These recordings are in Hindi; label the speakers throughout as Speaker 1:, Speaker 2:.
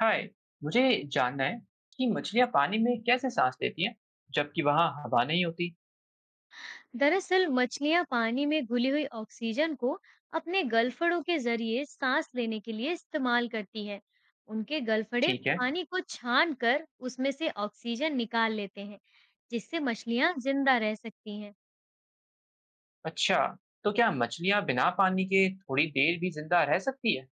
Speaker 1: हाय, मुझे जानना है कि मछलियां पानी में कैसे सांस लेती हैं जबकि वहां हवा नहीं होती।
Speaker 2: दरअसल मछलियां पानी में घुली हुई ऑक्सीजन को अपने गलफड़ों के जरिए सांस लेने के लिए इस्तेमाल करती हैं। उनके गलफड़े
Speaker 1: ठीक है।
Speaker 2: पानी को छान कर उसमें से ऑक्सीजन निकाल लेते हैं, जिससे मछलियां जिंदा रह सकती हैं।
Speaker 1: अच्छा, तो क्या मछलियां बिना पानी के थोड़ी देर भी जिंदा रह सकती है।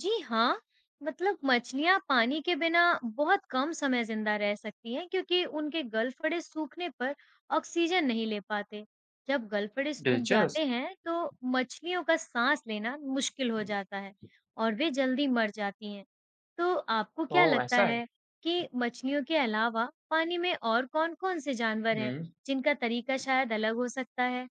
Speaker 2: जी हाँ, मतलब मछलियाँ पानी के बिना बहुत कम समय जिंदा रह सकती हैं, क्योंकि उनके गलफड़े सूखने पर ऑक्सीजन नहीं ले पाते। जब गलफड़े सूख जाते
Speaker 1: दिलचस्प।
Speaker 2: हैं, तो मछलियों का सांस लेना मुश्किल हो जाता है और वे जल्दी मर जाती हैं। तो आपको क्या
Speaker 1: ओह
Speaker 2: लगता
Speaker 1: ऐसा है।
Speaker 2: है कि मछलियों के अलावा पानी में और कौन-कौन से जानवर हैं,
Speaker 1: हम्म।
Speaker 2: जिनका तरीका शायद अलग हो सकता है?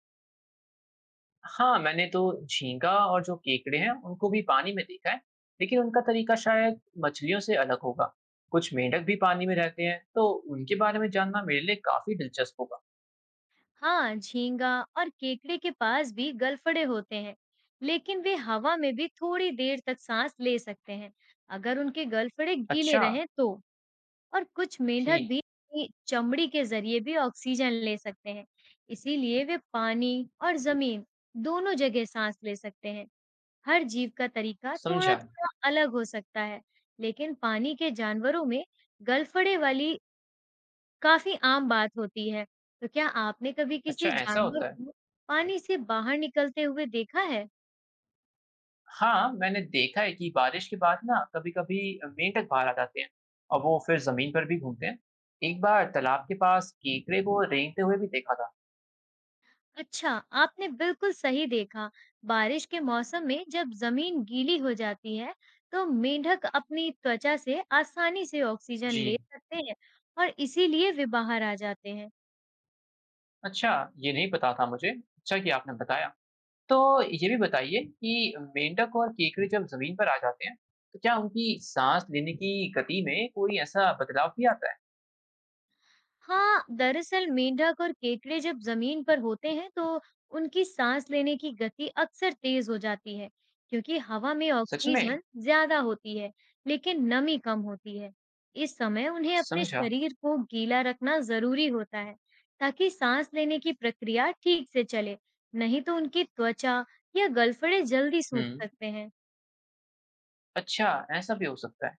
Speaker 1: हाँ, मैंने तो झींगा और जो केकड़े हैं उनको भी पानी में देखा है, लेकिन उनका तरीका शायद मछलियों से अलग होगा। कुछ मेंढक भी पानी में रहते हैं तो उनके बारे में जानना मेरे लिए काफी दिलचस्प होगा।
Speaker 2: हाँ, झींगा और केकड़े के पास भी गलफड़े होते हैं, लेकिन वे हवा में भी थोड़ी देर तक सांस ले सकते हैं, अगर उनके गलफड़े गीले
Speaker 1: अच्छा।
Speaker 2: रहें तो। और कुछ मेंढक
Speaker 1: ठीक।
Speaker 2: भी अपनी चमड़ी के जरिए भी ऑक्सीजन ले सकते हैं। इसीलिए वे पानी और जमीन, दोनों जगह सांस ले सकते हैं। हर जीव का तरीका थोड़ा
Speaker 1: समझा।
Speaker 2: थोड़ा अलग हो सकता है, लेकिन पानी के जानवरों में गलफड़े वाली काफ़ी आम बात होती है। तो क्या आपने कभी
Speaker 1: अच्छा
Speaker 2: किसी
Speaker 1: ऐसा
Speaker 2: जानवर
Speaker 1: होता है।
Speaker 2: को पानी से बाहर निकलते हुए देखा है?
Speaker 1: हाँ, मैंने देखा है कि बारिश के बाद ना कभी-कभी मेंढक बाहर आ जाते हैं और वो फिर जमीन पर भी घूमते हैं। एक बार तालाब के पास केकड़े को रेंगते हुए भी देखा था।
Speaker 2: अच्छा, आपने बिल्कुल सही देखा। बारिश के मौसम में जब ज़मीन गीली हो जाती है, तो मेंढक अपनी त्वचा से आसानी से ऑक्सीजन ले
Speaker 1: जी।
Speaker 2: सकते हैं और इसीलिए वे बाहर आ जाते हैं।
Speaker 1: अच्छा, ये नहीं पता था मुझे। अच्छा कि आपने बताया। तो ये भी बताइए कि मेंढक और केकड़े जब जमीन पर आ जाते हैं, तो क्या उनकी साँस लेने की गति में कोई ऐसा बदलाव भी आता है?
Speaker 2: हाँ, दरअसल मेंढक और केकड़े जब जमीन पर होते हैं, तो उनकी सांस लेने की गति अक्सर तेज हो जाती है, क्योंकि हवा में
Speaker 1: सच में?
Speaker 2: ऑक्सीजन ज्यादा होती है, लेकिन नमी कम होती है। इस समय उन्हें अपने
Speaker 1: समझा।
Speaker 2: शरीर को गीला रखना जरूरी होता है, ताकि सांस लेने की प्रक्रिया ठीक से चले, नहीं तो उनकी त्वचा या गलफड़े जल्दी
Speaker 1: हुँ।
Speaker 2: सूख सकते हैं।
Speaker 1: अच्छा, ऐसा भी हो सकता है।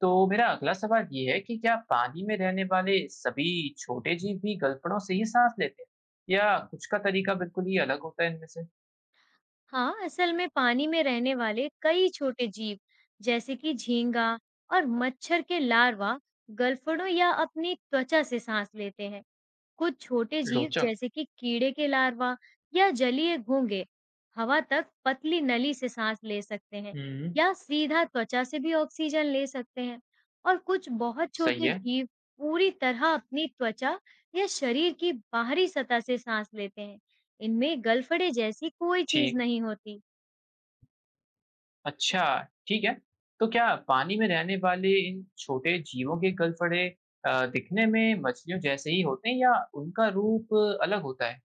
Speaker 1: तो मेरा अगला सवाल ये है कि क्या पानी में रहने वाले सभी छोटे जीव भी गलपड़ों से ही सांस लेते हैं या कुछ का तरीका बिल्कुल ही अलग होता है इनमें से।
Speaker 2: हाँ, असल में पानी में रहने वाले कई छोटे जीव, जैसे कि झींगा और मच्छर के लार्वा, गलफड़ों या अपनी त्वचा से सांस लेते हैं। कुछ छोटे जीव,
Speaker 1: रोचक।
Speaker 2: जैसे कि कीड़े के लार्वा या जलीय घोंघे, हवा तक पतली नली से सांस ले सकते हैं
Speaker 1: हम्म।
Speaker 2: या सीधा त्वचा से भी ऑक्सीजन ले सकते हैं। और कुछ बहुत
Speaker 1: सही
Speaker 2: छोटे
Speaker 1: है।
Speaker 2: जीव पूरी तरह अपनी त्वचा या शरीर की बाहरी सतह से सांस लेते हैं। इनमें गलफड़े जैसी कोई चीज
Speaker 1: ठीक।
Speaker 2: नहीं होती।
Speaker 1: अच्छा। ठीक है। तो क्या पानी में रहने वाले इन छोटे जीवों के गलफड़े दिखने में मछलियों जैसे ही होते हैं या उनका रूप अलग होता है।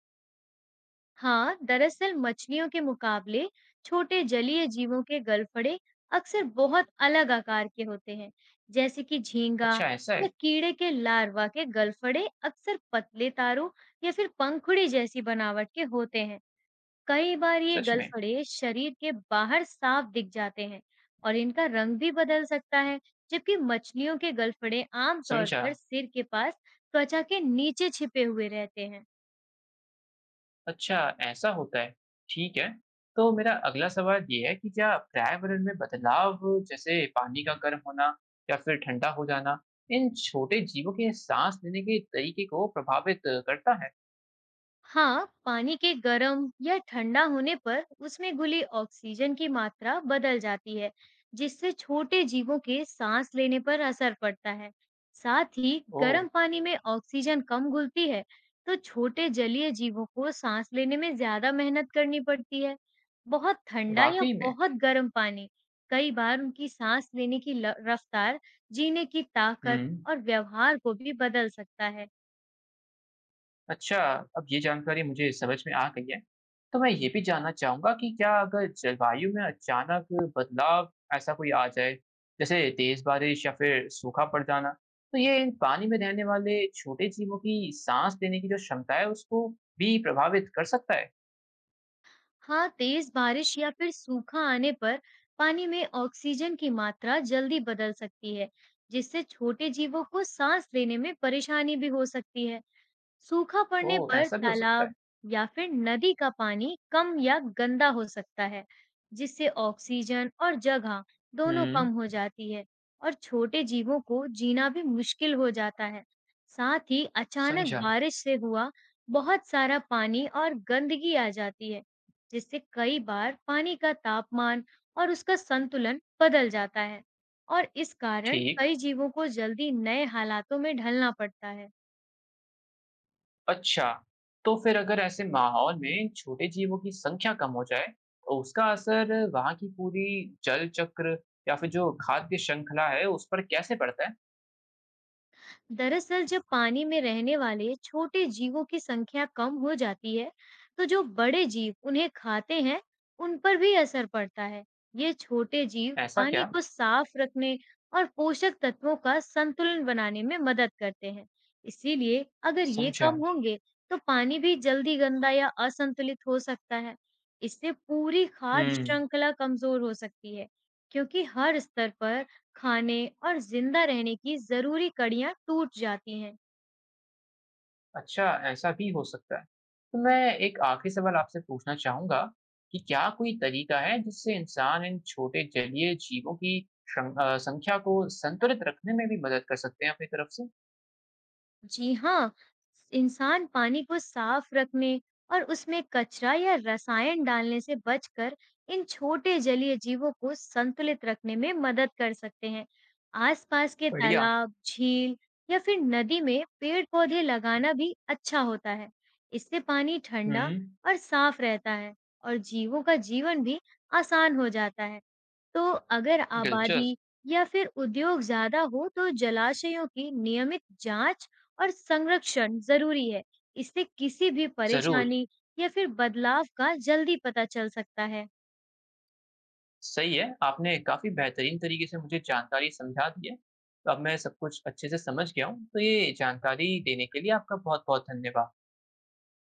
Speaker 2: हाँ, दरअसल मछलियों के मुकाबले छोटे जलीय जीवों के गलफड़े अक्सर बहुत अलग आकार के होते हैं, जैसे कि झींगा
Speaker 1: अच्छा ऐसा
Speaker 2: या
Speaker 1: है।
Speaker 2: कीड़े के लार्वा के गलफड़े अक्सर पतले तारों या फिर पंखुड़ी जैसी बनावट के होते हैं। कई बार ये
Speaker 1: सच में।
Speaker 2: गलफड़े शरीर के बाहर साफ दिख जाते हैं और इनका रंग भी बदल सकता है, जबकि मछलियों के गलफड़े आमतौर
Speaker 1: समझा।
Speaker 2: पर सिर के पास त्वचा के नीचे छिपे हुए रहते हैं।
Speaker 1: अच्छा, ऐसा होता है। ठीक है। तो मेरा अगला सवाल ये है कि क्या पर्यावरण में बदलाव, जैसे पानी का गर्म होना या फिर ठंडा हो जाना, इन छोटे जीवों के साँस लेने के तरीके को प्रभावित करता है?
Speaker 2: हाँ, पानी के गर्म या ठंडा होने पर उसमें घुली ऑक्सीजन की मात्रा बदल जाती है, जिससे छोटे जीवों के सांस लेने पर असर पड़ता है। साथ ही
Speaker 1: ओह!
Speaker 2: गर्म पानी में ऑक्सीजन कम घुलती है, तो छोटे जलीय जीवों को सांस लेने में ज्यादा मेहनत करनी पड़ती है। बहुत ठंडा या
Speaker 1: वाक़ई में?
Speaker 2: बहुत गर्म पानी कई बार उनकी सांस लेने की रफ्तार, जीने की ताकत
Speaker 1: हुँ।
Speaker 2: और व्यवहार को भी बदल सकता है।
Speaker 1: अच्छा, अब ये जानकारी मुझे समझ में आ गई है। तो मैं ये भी जानना चाहूँगा कि क्या अगर जलवायु में अचानक बदलाव ऐसा कोई आ जाए, जैसे तेज़ बारिश या फिर सूखा पड़ जाना, तो ये इन पानी में रहने वाले छोटे जीवों की साँस लेने की जो क्षमता है, उसको भी प्रभावित कर सकता है?
Speaker 2: हाँ, तेज बारिश या फिर सूखा आने पर पानी में ऑक्सीजन की मात्रा जल्दी बदल सकती है, जिससे छोटे जीवों को सांस लेने में परेशानी भी हो सकती है। सूखा पड़ने
Speaker 1: ओह!
Speaker 2: पर
Speaker 1: ऐसा भी हो सकता है।
Speaker 2: तालाब या फिर नदी का पानी कम या गंदा हो सकता है, जिससे ऑक्सीजन और जगह, दोनों
Speaker 1: हुँ,
Speaker 2: कम हो जाती है और छोटे जीवों को जीना भी मुश्किल हो जाता है। साथ ही अचानक
Speaker 1: समझा।
Speaker 2: बारिश से हुआ बहुत सारा पानी और गंदगी आ जाती है, जिससे कई बार पानी का तापमान और उसका संतुलन बदल जाता है और इस कारण
Speaker 1: ठीक।
Speaker 2: कई जीवों को जल्दी नए हालातों में ढलना पड़ता है।
Speaker 1: अच्छा, तो फिर अगर ऐसे माहौल में छोटे जीवों की संख्या कम हो जाए तो उसका असर वहां की पूरी जल चक्र या फिर जो खाद्य श्रृंखला है उस पर कैसे पड़ता है।
Speaker 2: दरअसल जब पानी में रहने वाले छोटे जीवों की संख्या कम हो जाती है, तो जो बड़े जीव उन्हें खाते हैं, उन पर भी असर पड़ता है। ये छोटे जीव
Speaker 1: ऐसा
Speaker 2: पानी
Speaker 1: क्या।
Speaker 2: को साफ रखने और पोषक तत्वों का संतुलन बनाने में मदद करते हैं। इसीलिए अगर ये
Speaker 1: समझा।
Speaker 2: कम होंगे, तो पानी भी जल्दी गंदा या असंतुलित हो सकता है। इससे पूरी खाद्य
Speaker 1: हम्म।
Speaker 2: श्रृंखला कमजोर हो सकती है, क्योंकि हर स्तर पर खाने और जिंदा रहने की ज़रूरी कड़ियाँ टूट जाती हैं।
Speaker 1: अच्छा, ऐसा भी हो सकता है। तो मैं एक आखिरी सवाल आपसे पूछना चाहूंगा कि क्या कोई तरीका है जिससे इंसान इन छोटे जलीय जीवों की संख्या को संतुलित रखने में भी मदद कर सकते हैं अपनी तरफ से।
Speaker 2: जी हाँ, इंसान पानी को साफ रखने और उसमें कचरा या रसायन डालने से बचकर इन छोटे जलीय जीवों को संतुलित रखने में मदद कर सकते हैं। आसपास के
Speaker 1: बढ़िया।
Speaker 2: तालाब, झील या फिर नदी में पेड़-पौधे लगाना भी अच्छा होता है। इससे पानी ठंडा
Speaker 1: हम्म।
Speaker 2: और साफ रहता है और जीवों का जीवन भी आसान हो जाता है। तो अगर
Speaker 1: दिलचस्प।
Speaker 2: आबादी या फिर उद्योग ज्यादा हो, तो जलाशयों की नियमित जांच और संरक्षण जरूरी है। इससे किसी भी
Speaker 1: जरूर।
Speaker 2: परेशानी या फिर बदलाव का जल्दी पता चल सकता है।
Speaker 1: सही है, आपने काफ़ी बेहतरीन तरीके से मुझे जानकारी समझा दी है। तो अब मैं सब कुछ अच्छे से समझ गया हूँ, तो ये जानकारी देने के लिए आपका बहुत-बहुत धन्यवाद।